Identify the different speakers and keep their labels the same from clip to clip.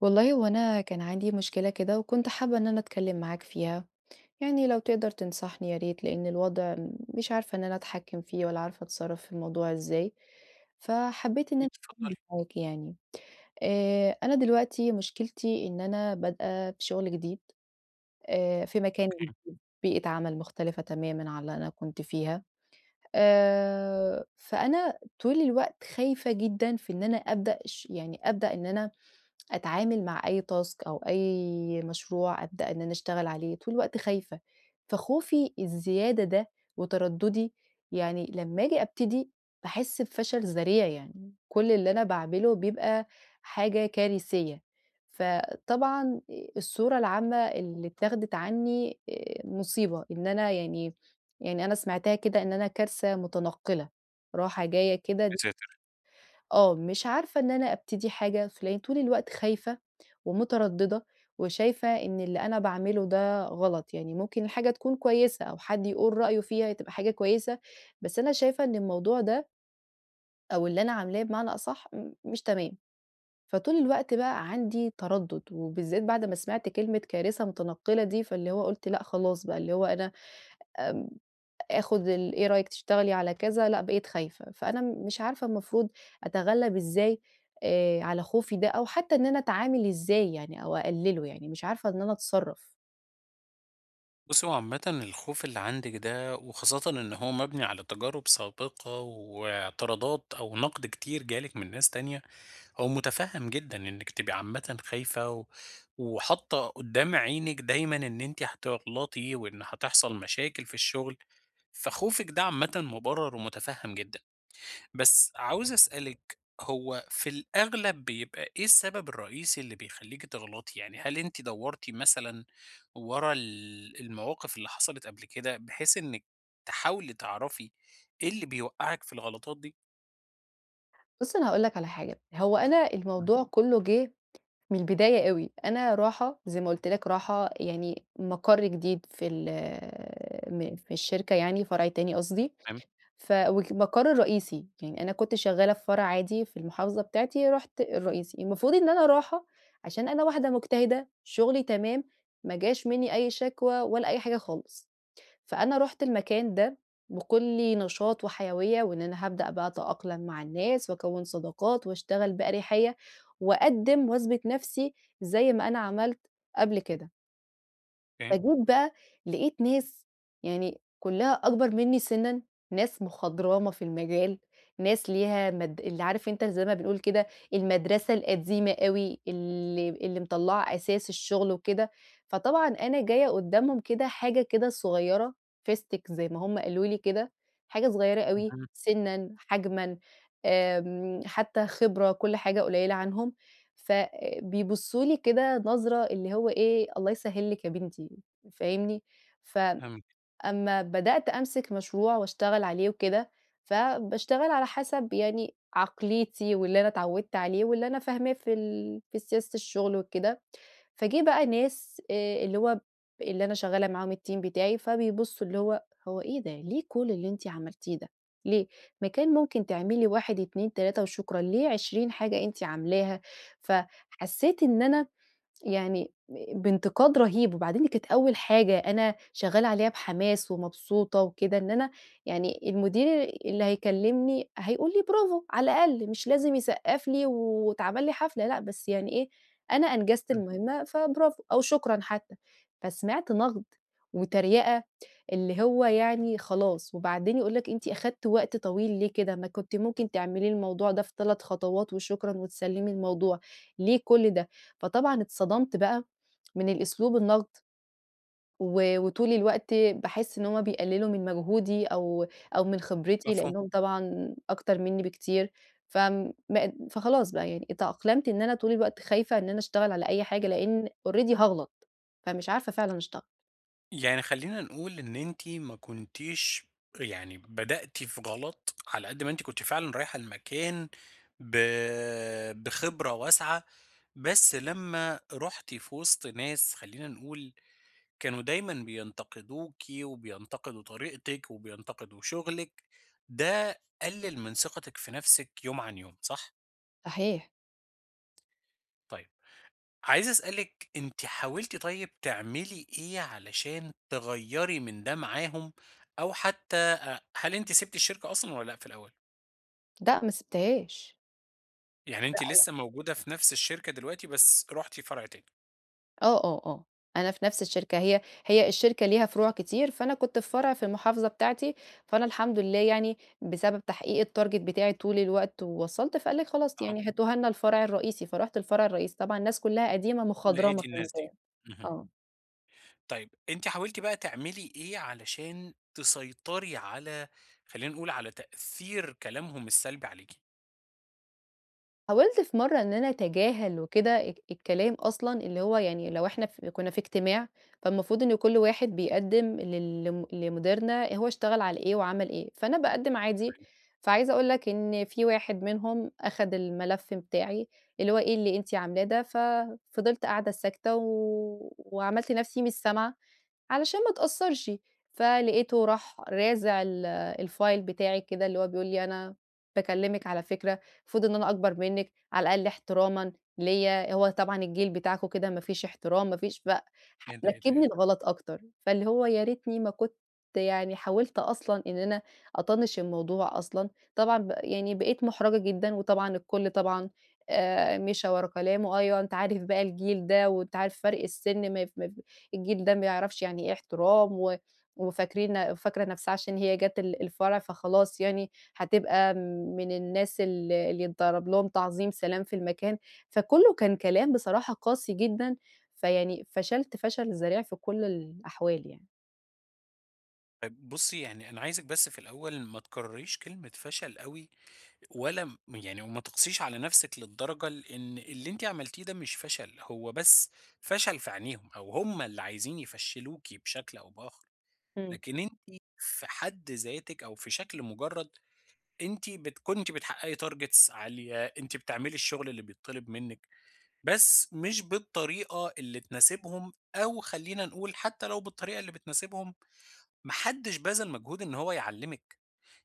Speaker 1: والله هو أنا كان عندي مشكلة كده وكنت حابة إن أنا أتكلم معاك فيها، يعني لو تقدر تنصحني يا ريت لأن الوضع مش عارفة إن أنا أتحكم فيه ولا عارفة أتصرف في الموضوع إزاي، فحبيت إن أنا أتكلم
Speaker 2: اتفضلي،
Speaker 1: معاك يعني. أنا دلوقتي مشكلتي إن أنا بادئة في شغل جديد، في مكان
Speaker 2: أوكي،
Speaker 1: جديد، بيئة عمل مختلفة تمامًا عن اللي أنا كنت فيها، فأنا طول الوقت خايفة جدًا في إن أنا أبدأ يعني أبدأ إن أنا أتعامل مع أي task أو أي مشروع أبدأ إن أنا أشتغل عليه، طول الوقت خايفة، فخوفي الزيادة ده وترددي يعني لمّا آجي أبتدي باحس بفشل ذريع يعني، كل اللي أنا باعمله بيبقى حاجة كارثية، فطبعًا الصورة العامة اللي اتاخدت عني مصيبة، إن أنا يعني أنا سمعتها كده إن أنا كارثة متنقلة، رايحة جاية كده.
Speaker 2: يساتر.
Speaker 1: آه، مش عارفة إن أنا أبتدي حاجة فلإن طول الوقت خايفة ومترددة وشايفة إن اللي أنا باعمله ده غلط، يعني ممكن الحاجة تكون كويسة أو حد يقول رأيه فيها تبقى حاجة كويسة، بس أنا شايفة إن الموضوع ده أو اللي أنا عاملاه بمعنى أصح مش تمام، فطول الوقت بقى عندي تردد وبالذات بعد ما سمعت كلمة كارثة متنقلة دي، فاللي هو قُلت لأ خلاص بقى اللي هو أنا آخُد إيه رأيِك تشتغلي على كذا؟ لأ، بقيت خايفة، فأنا مش عارفة المفروض أتغلّب إزاي على خوفي ده أو حتى إن أنا أتعامل إزاي يعني أو أقلّله يعني، مش عارفة إن أنا أتصرّف.
Speaker 2: بُصّي، هو عامةً الخوف اللي عندِك ده وخاصةً إن هو مبني على تجارب سابقة واعتراضات أو نقد كتير جالِك من ناس تانية، هو مُتفهّم جدًا إنِّك تبقي عامةً خايفة و وحاطة قدّام عينِك دايمًا إن أنتِ هتغلطي وإن هتحصل مشاكل في الشغل، فخوفِك ده عامةً مُبرّر ومُتفهّم جدًا. بس عاوز أسألِك، هو في الأغلب بيبقى إيه السبب الرئيسي اللي بيخلّيكِ تغلطي؟ يعني هل أنتِ دوّرتِ مثلًا ورا المواقف اللي حصلت قبل كده، بحيث إنِّك تحاولي تعرفي إيه اللي بيوقّعِك في الغلطات دي؟
Speaker 1: بُصّ، أنا هاقول لك على حاجة، هو أنا
Speaker 2: إمم.
Speaker 1: الموضوع كُلّه جِه من البداية أوي، أنا راحة زي ما قُلت لك راحة يعني مَقَر جديد في ال م في الشركة يعني فرع تاني قصدي،
Speaker 2: تمام،
Speaker 1: ف وك مقر الرئيسي، يعني أنا كنت شغّالة في فرع عادي في المحافظة بتاعتي، رُحت الرئيسي، المفروض إن أنا رايحة عشان أنا واحدة مجتهدة، شغلي تمام، ما جاش منّي أي شكوى ولا أي حاجة خالص، فأنا رُحت المكان ده بكلّ نشاط وحيوية، وإن أنا هابدأ بقى أتأقلم مع الناس وأكوّن صداقات واشتغل بأريحية، وأقدّم وأثبت نَفْسي زي ما أنا عملت قبل كده.
Speaker 2: أوكي،
Speaker 1: فجيت بقى لقيت ناس يعني كلّها أكبر منّي سِنًّا، ناس مخضرمة في المجال، ناس ليها اللي عارف أنت زي ما بنقول كده المدرسة القديمة أوي اللي مطلّعة أساس الشغل وكده، فطبعًا أنا جاية قدّامهم كده حاجة كده صغيّرة فستِك زي ما هم قالوا لي كده، حاجة صغيّرة أوي
Speaker 2: اهم،
Speaker 1: سِنًّا، حجمًا، حتى خبرة كل حاجة قليّلة عنهم، فبيبصّوا لي كده نظرة اللي هو إيه الله يسهّل لِك يا بنتي. فاهمني؟
Speaker 2: تمام،
Speaker 1: فأمّا بدأت أمسك مشروع وأشتغل عليه وكده، فباشتغل على حسب يعني عقليتي واللي أنا اتعودت عليه واللي أنا فاهماه في في سياسة الشغل وكده، فجه بقى ناس اللي هو اللي أنا شغّالة معاهم الteam بتاعي، فبيبصوا اللي هو: «هو إيه ده؟ ليه كل اللي أنتِ عملتيه ده؟ ليه؟ ما كان ممكن تعملي 1، 2، 3 وشكرًا، ليه 20 حاجة أنتِ عاملاها؟» فحسيت إن أنا يعني بانتقاد رهيب، وبعدين دي كانت أول حاجة أنا شغّالة عليها بحماس ومبسوطة وكده، إن أنا يعني المدير اللي هيكلّمني هيقول لي برافو على الأقل، مش لازم يسقّف لي واتعمل لي حفلة لأ، بس يعني إيه، أنا أنجزت
Speaker 2: إمم.
Speaker 1: المهمة فبرافو أو شكرًا حتى. فسمعت نقد وتريقة اللي هو يعني خلاص، وبعدين يقول لك أنتِ أخدتِ وقت طويل ليه كده؟ ما كنتِ ممكن تعملي الموضوع ده في 3 خطوات وشكرًا وتسلّمي الموضوع، ليه كل ده؟ فطبعًا اتصدمت بقى من الأسلوب النقد، وطول الوقت باحس إن هُم بيقللوا من مجهودي أو من خبرتي،
Speaker 2: مفهوم.
Speaker 1: لأنهم طبعًا أكتر مني بكتير، فم ما فخلاص بقى يعني اتأقلمت إن أنا طول الوقت خايفة إن أنا أشتغل على أي حاجة، لأن already هاغلط، فمش عارفة فعلًا أشتغل.
Speaker 2: يعني خلّينا نقول إن أنتِ ما كنتيش يعني بدأتِ في غلط، على قد ما أنتِ كنتِ فعلًا رايحة المكان ب بخبرة واسعة، بس لمّا رُحتِ في وسط ناس خلّينا نقول كانوا دايمًا بينتقدوكِ وبينتقدوا طريقتِك وبينتقدوا شغلِك، ده قلِّل من ثقتِك في نفسِك يوم عن يوم، صح؟
Speaker 1: صحيح.
Speaker 2: طيب عايز أسألِك أنتِ حاولتِ طيب تعملي إيه علشان تغيّري من ده معاهم أو حتى هل أنتِ سِبتِ الشركة أصلًا والّا لأ في الأول؟
Speaker 1: لأ ما سبتهاش.
Speaker 2: يعني أنتِ لسه موجودة في نفس الشركة دلوقتي بس رُحتِ فرع تاني.
Speaker 1: آه، أنا في نفس الشركة، هي الشركة ليها فروع كتير، فأنا كنت في فرع في المحافظة بتاعتي، فأنا الحمد لله يعني بسبب تحقيق الtarget بتاعي طول الوقت ووصلت، فقال لِك خلاص
Speaker 2: آه.
Speaker 1: يعني هاتوها لنا الفرع الرئيسي، فرُحت الفرع الرئيسي، طبعًا الناس كلها قديمة مخضرمة
Speaker 2: لقيتِ
Speaker 1: في
Speaker 2: الناس دي.
Speaker 1: المكان،
Speaker 2: اهم.
Speaker 1: آه.
Speaker 2: طيب أنتِ حاولتِ بقى تعملي إيه علشان تسيطري على خلّينا نقول على تأثير كلامهم السلبي عليكِ؟
Speaker 1: حاولت في مرّة إن أنا أتجاهل وكده الكلام أصلًا، اللي هو يعني لو إحنا كنا في اجتماع، فالمفروض إن كل واحد بيقدّم لل لم لمديرنا هو اشتغل على إيه وعمل إيه، فأنا باقدّم عادي، فعايزة أقول لك إن في واحد منهم أخد الملف بتاعي، اللي هو إيه اللي أنتِ عاملاه ده، ففضلت قاعدة ساكتة وعملت نَفْسي مش سامعة. علشان ما اتأثّرش، فلقيته راح رازع الfile بتاعي كده اللي هو بيقول لي: «أنا باكلّمِك على فكرة، المفروض إن أنا أكبر منِّك على الأقل احترامًا ليّا، هو طبعًا الجيل بتاعكم كده ما فيش احترام ما فيش». ف ح
Speaker 2: إيه ده، إيه ده، إيه
Speaker 1: ركّبني
Speaker 2: ده!
Speaker 1: الغلط أكتر، فاللي هو يا ريتني ما كنت يعني حاولت أصلًا إن أنا أطنّش الموضوع أصلًا، طبعًا يعني بقيت مُحرَجة جدًا وطبعًا الكل طبعًا مشى ورا كلامه، أيوه أنت عارف بقى الجيل ده وأنت عارف فرق السِن ما يف ما الجيل ده ما يعرفش يعني إيه احترام وفاكرين نفسها عشان هي جات الفرع فخلاص يعني هتبقى من الناس اللي يتضرب لهم تعظيم سلام في المكان، فكُلّه كان كلام بصراحة قاسي جدًا، فيعني فشلت فشل ذريع في كل الأحوال يعني.
Speaker 2: طيب بُصّي، يعني أنا عايزِك بس في الأول ما تكرّريش كلمة فشل أوي ولا يعني وما تقسيش على نفسِك للدرجة لإن اللي أنتِ عملتيه ده مش فشل، هو بس فشل في عينيهم أو هم اللي عايزين يفشّلوكِ بشكل أو بآخر،
Speaker 1: إمم.
Speaker 2: لكن أنتِ في حد ذاتِك أو في شكل مجرد أنتِ كنتِ بتحققي targets عالية، أنتِ بتعملي الشغل اللي بيتطلب منِّك، بس مش بالطريقة اللي تناسبهم أو خلّينا نقول حتى لو بالطريقة اللي بتناسبهم، ما حدش بذل مجهود إن هو يعلّمِك.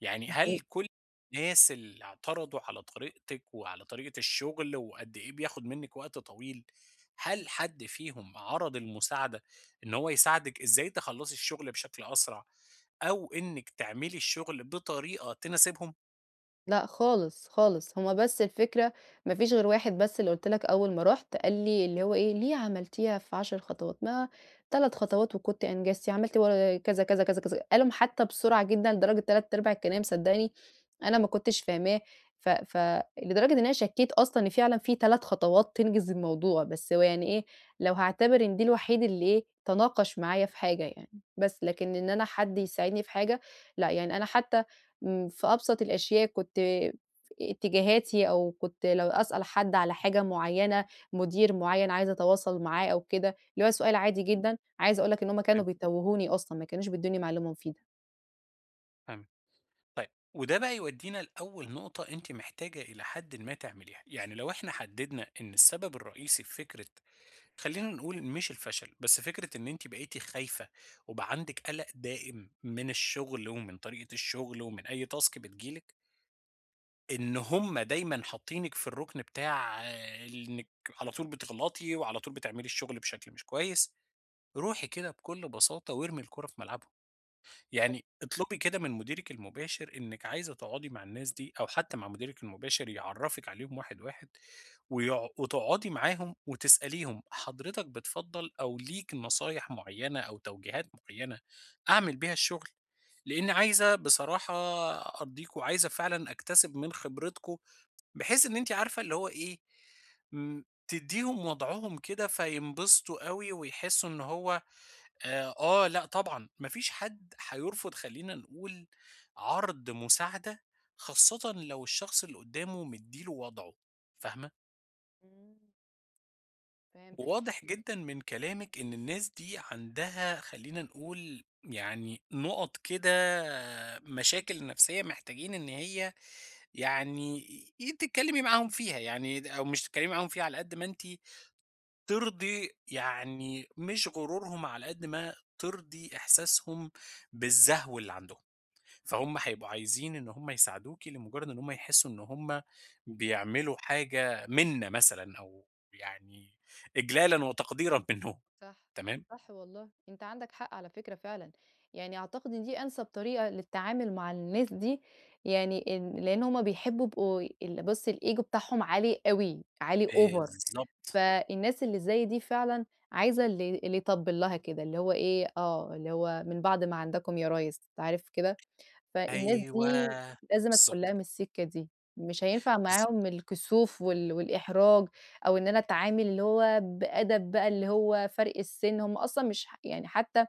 Speaker 2: يعني هل كل الناس اللي اعترضوا على طريقتِك وعلى طريقة الشغل وقد إيه بياخد منِّك وقت طويل، هل حد فيهم عرض المساعدة إن هو يساعدِك إزاي تخلّصي الشغل بشكل أسرع أو إنِّك تعملي الشغل بطريقة تناسبهم؟
Speaker 1: لأ خالص، خالص، هُم بس الفكرة ما فيش غير واحد بس اللي قُلت لك أول ما رُحت قال لي اللي هو إيه: «ليه عملتيها في 10 خطوات؟ ما 3 خطوات وكنتِ أنجزتِ، عملتِ ور كذا، كذا، كذا، كذا». قالهم حتى بسرعة جدًا لدرجة 3/4 الكلام صدّقني أنا ما كنتش فاهماه، ف ف لدرجة إن أنا شكيت أصلًا إن فعلًا في 3 خطوات تنجز الموضوع، بس هو يعني إيه، لو هاعتبر إن دي الوحيد اللي إيه، تناقش معايا في حاجة يعني، بس لكن إن أنا حد يساعدني في حاجة لأ، يعني أنا حتى إمم، في أبسط الأشياء كنت اتجاهاتي أو كنت لو أسأل حد على حاجة معيّنة، مدير معيّن عايزة أتواصل معاه أو كده، اللي هو سؤال عادي جدًا، عايزة أقول لك إن هُم كانوا
Speaker 2: فهمت،
Speaker 1: بيتوّهوني أصلًا، ما كانوش بيدّوني معلومة مفيدة.
Speaker 2: فهمت. طيب، وده بقى يودّينا لأول نقطة أنتِ محتاجة إلى حدٍ ما تعمليها، يعني لو إحنا حددنا إن السبب الرئيسي في فكرة خلّينا نقول مش الفشل، بس فكرة إن أنتِ بقيتِ خايفة وبقى عندِك قلق دائم من الشغل ومن طريقة الشغل ومن أي task بتيجي لِك، إن هُم دايمًا حاطينِك في الرُكن بتاع آه، إنِّك على طول بتغلطي وعلى طول بتعملي الشغل بشكل مش كويس، روحي كده بكل بساطة وارمي الكورة في ملعبهم. يعني اطلبي كده من مديرِك المباشر إنِّك عايزة تقعدي مع الناس دي أو حتى مع مديرِك المباشر يعرّفِك عليهم واحد، واحد وتقعدي معاهم وتسأليهم حضرتك بتفضّل أو ليك نصايح معيّنة أو توجيهات معيّنة أعمل بيها الشغل؟ لإن عايزة بصراحة أرضيكم، وعايزة فعلًا أكتسب من خبرتكم بحيث إن أنتِ عارفة اللي هو إيه، تدّيهم وضعهم كده فينبسطوا أوي ويحسّوا إن هو آه، لأ طبعًا، ما فيش حد هيرفض خلّينا نقول عرض مساعدة، خاصةً لو الشخص اللي قدّامه مدّي له وضعه، فاهمة؟
Speaker 1: إمم، فهمتك.
Speaker 2: وواضح جدًا من كلامِك إن الناس دي عندها خلّينا نقول يعني نُقط كده مشاكل نفسية محتاجين إن هي يعني تتكلّمي معاهم فيها، يعني د أو مش تتكلّمي معاهم فيها على قد ما أنتِ ترضي يعني مش غرورهم على قد ما ترضي إحساسهم بالزهو اللي عندهم، فهُم هيبقوا عايزين إن هُم يساعدوكِ لمجرد إن هُم يحسّوا إن هُم بيعملوا حاجة مِنّة مثلًا أو يعني إجلالًا وتقديرًا منهم،
Speaker 1: صح،
Speaker 2: تمام؟
Speaker 1: صح والله، أنت عندك حق على فكرة فعلًا، يعني أعتقد إن دي أنسب طريقة للتعامل مع الناس دي، يعني إن لإن هُم بيحبوا يبقوا بُص الego بتاعهم عالي أوي، عالي over.
Speaker 2: بالضبط،
Speaker 1: فالناس اللي زي دي فعلًا عايزة اللي يطبّل لها كده، اللي هو إيه، آه، اللي هو من بعد ما عندكم يا ريس، أنت عارف كده؟ فالناس
Speaker 2: أيوه،
Speaker 1: دي لازم أدخل
Speaker 2: بالضبط
Speaker 1: لها
Speaker 2: كده،
Speaker 1: من السكة دي، مش هينفع
Speaker 2: بالضبط،
Speaker 1: معاهم الكسوف والإحراج، أو إن أنا أتعامل اللي هو بأدب بقى اللي هو فرق السِن، هم أصلًا مش يعني حتى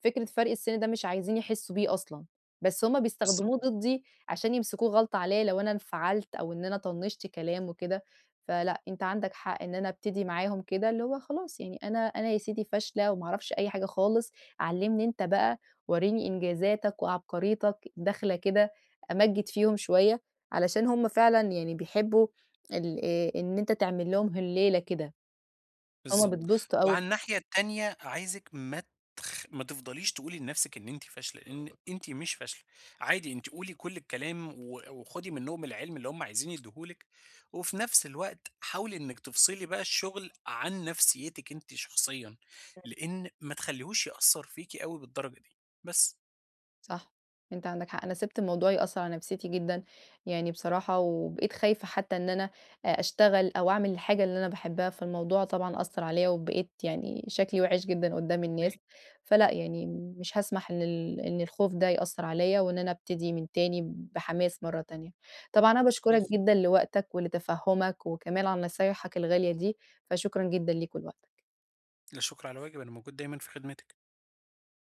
Speaker 1: فكرة فرْق السِن ده مش عايزين يحسّوا بيه أصلًا، بس هُم بيستخدموه
Speaker 2: بالضبط،
Speaker 1: ضدّي عشان يمسكوه غلطة عليّا لو أنا انفعلت أو إن أنا طنّشت كلام وكده، فلأ أنت عندك حق إن أنا أبتدي معاهم كده، اللي هو خلاص يعني أنا يا سيدي فاشلة وما أعرفش أي حاجة خالص، علّمني أنت بقى، ورّيني إنجازاتك وعبقريتك، داخلة كده أمجّد فيهم شوية، علشان هُم فعلًا يعني بيحبّوا ال إن أنت تعمل لهم هلّيلة كده، هُم
Speaker 2: بالضبط،
Speaker 1: بيتبسطوا أوي.
Speaker 2: وعلى الناحية التانية عايزِك ما تفضليش تقولي لنفسِك إن أنتِ فاشلة، لإن أنتِ مش فاشلة، عادي أنتِ قولي كل الكلام و وخدي منّهم العلم اللي هُم عايزين يدّوه لِك، وفي نفس الوقت حاولي إنِّك تفصلي بقى الشغل عن نفسيتِك أنتِ شخصيًا، لإن ما تخلّيهوش يأثّر فيكِ أوي بالدرجة دي، بس.
Speaker 1: صح، أنت عندك حق، أنا سِبت الموضوع يأثّر على نفسيتي جدًا، يعني بصراحة وبقيت خايفة حتى إن أنا أشتغل أو أعمل الحاجة اللي أنا باحبها، فالموضوع طبعًا أثّر عليّا وبقيت يعني شكلي وِحِش جدًا قدّام الناس، فلأ يعني مش هاسمح إن إن الخوف ده يأثّر عليّا وإن أنا أبتدي من تاني بحماس مرّة تانية. طبعًا أنا باشكرك
Speaker 2: ممتاز.
Speaker 1: جدًا لوقتك ولتفهُّمك وكمان على نصايحك الغالية دي، فشكرًا جدًا ليك ولوقتك.
Speaker 2: لا شُكر على واجب، أنا موجود دايمًا في خدمتِك.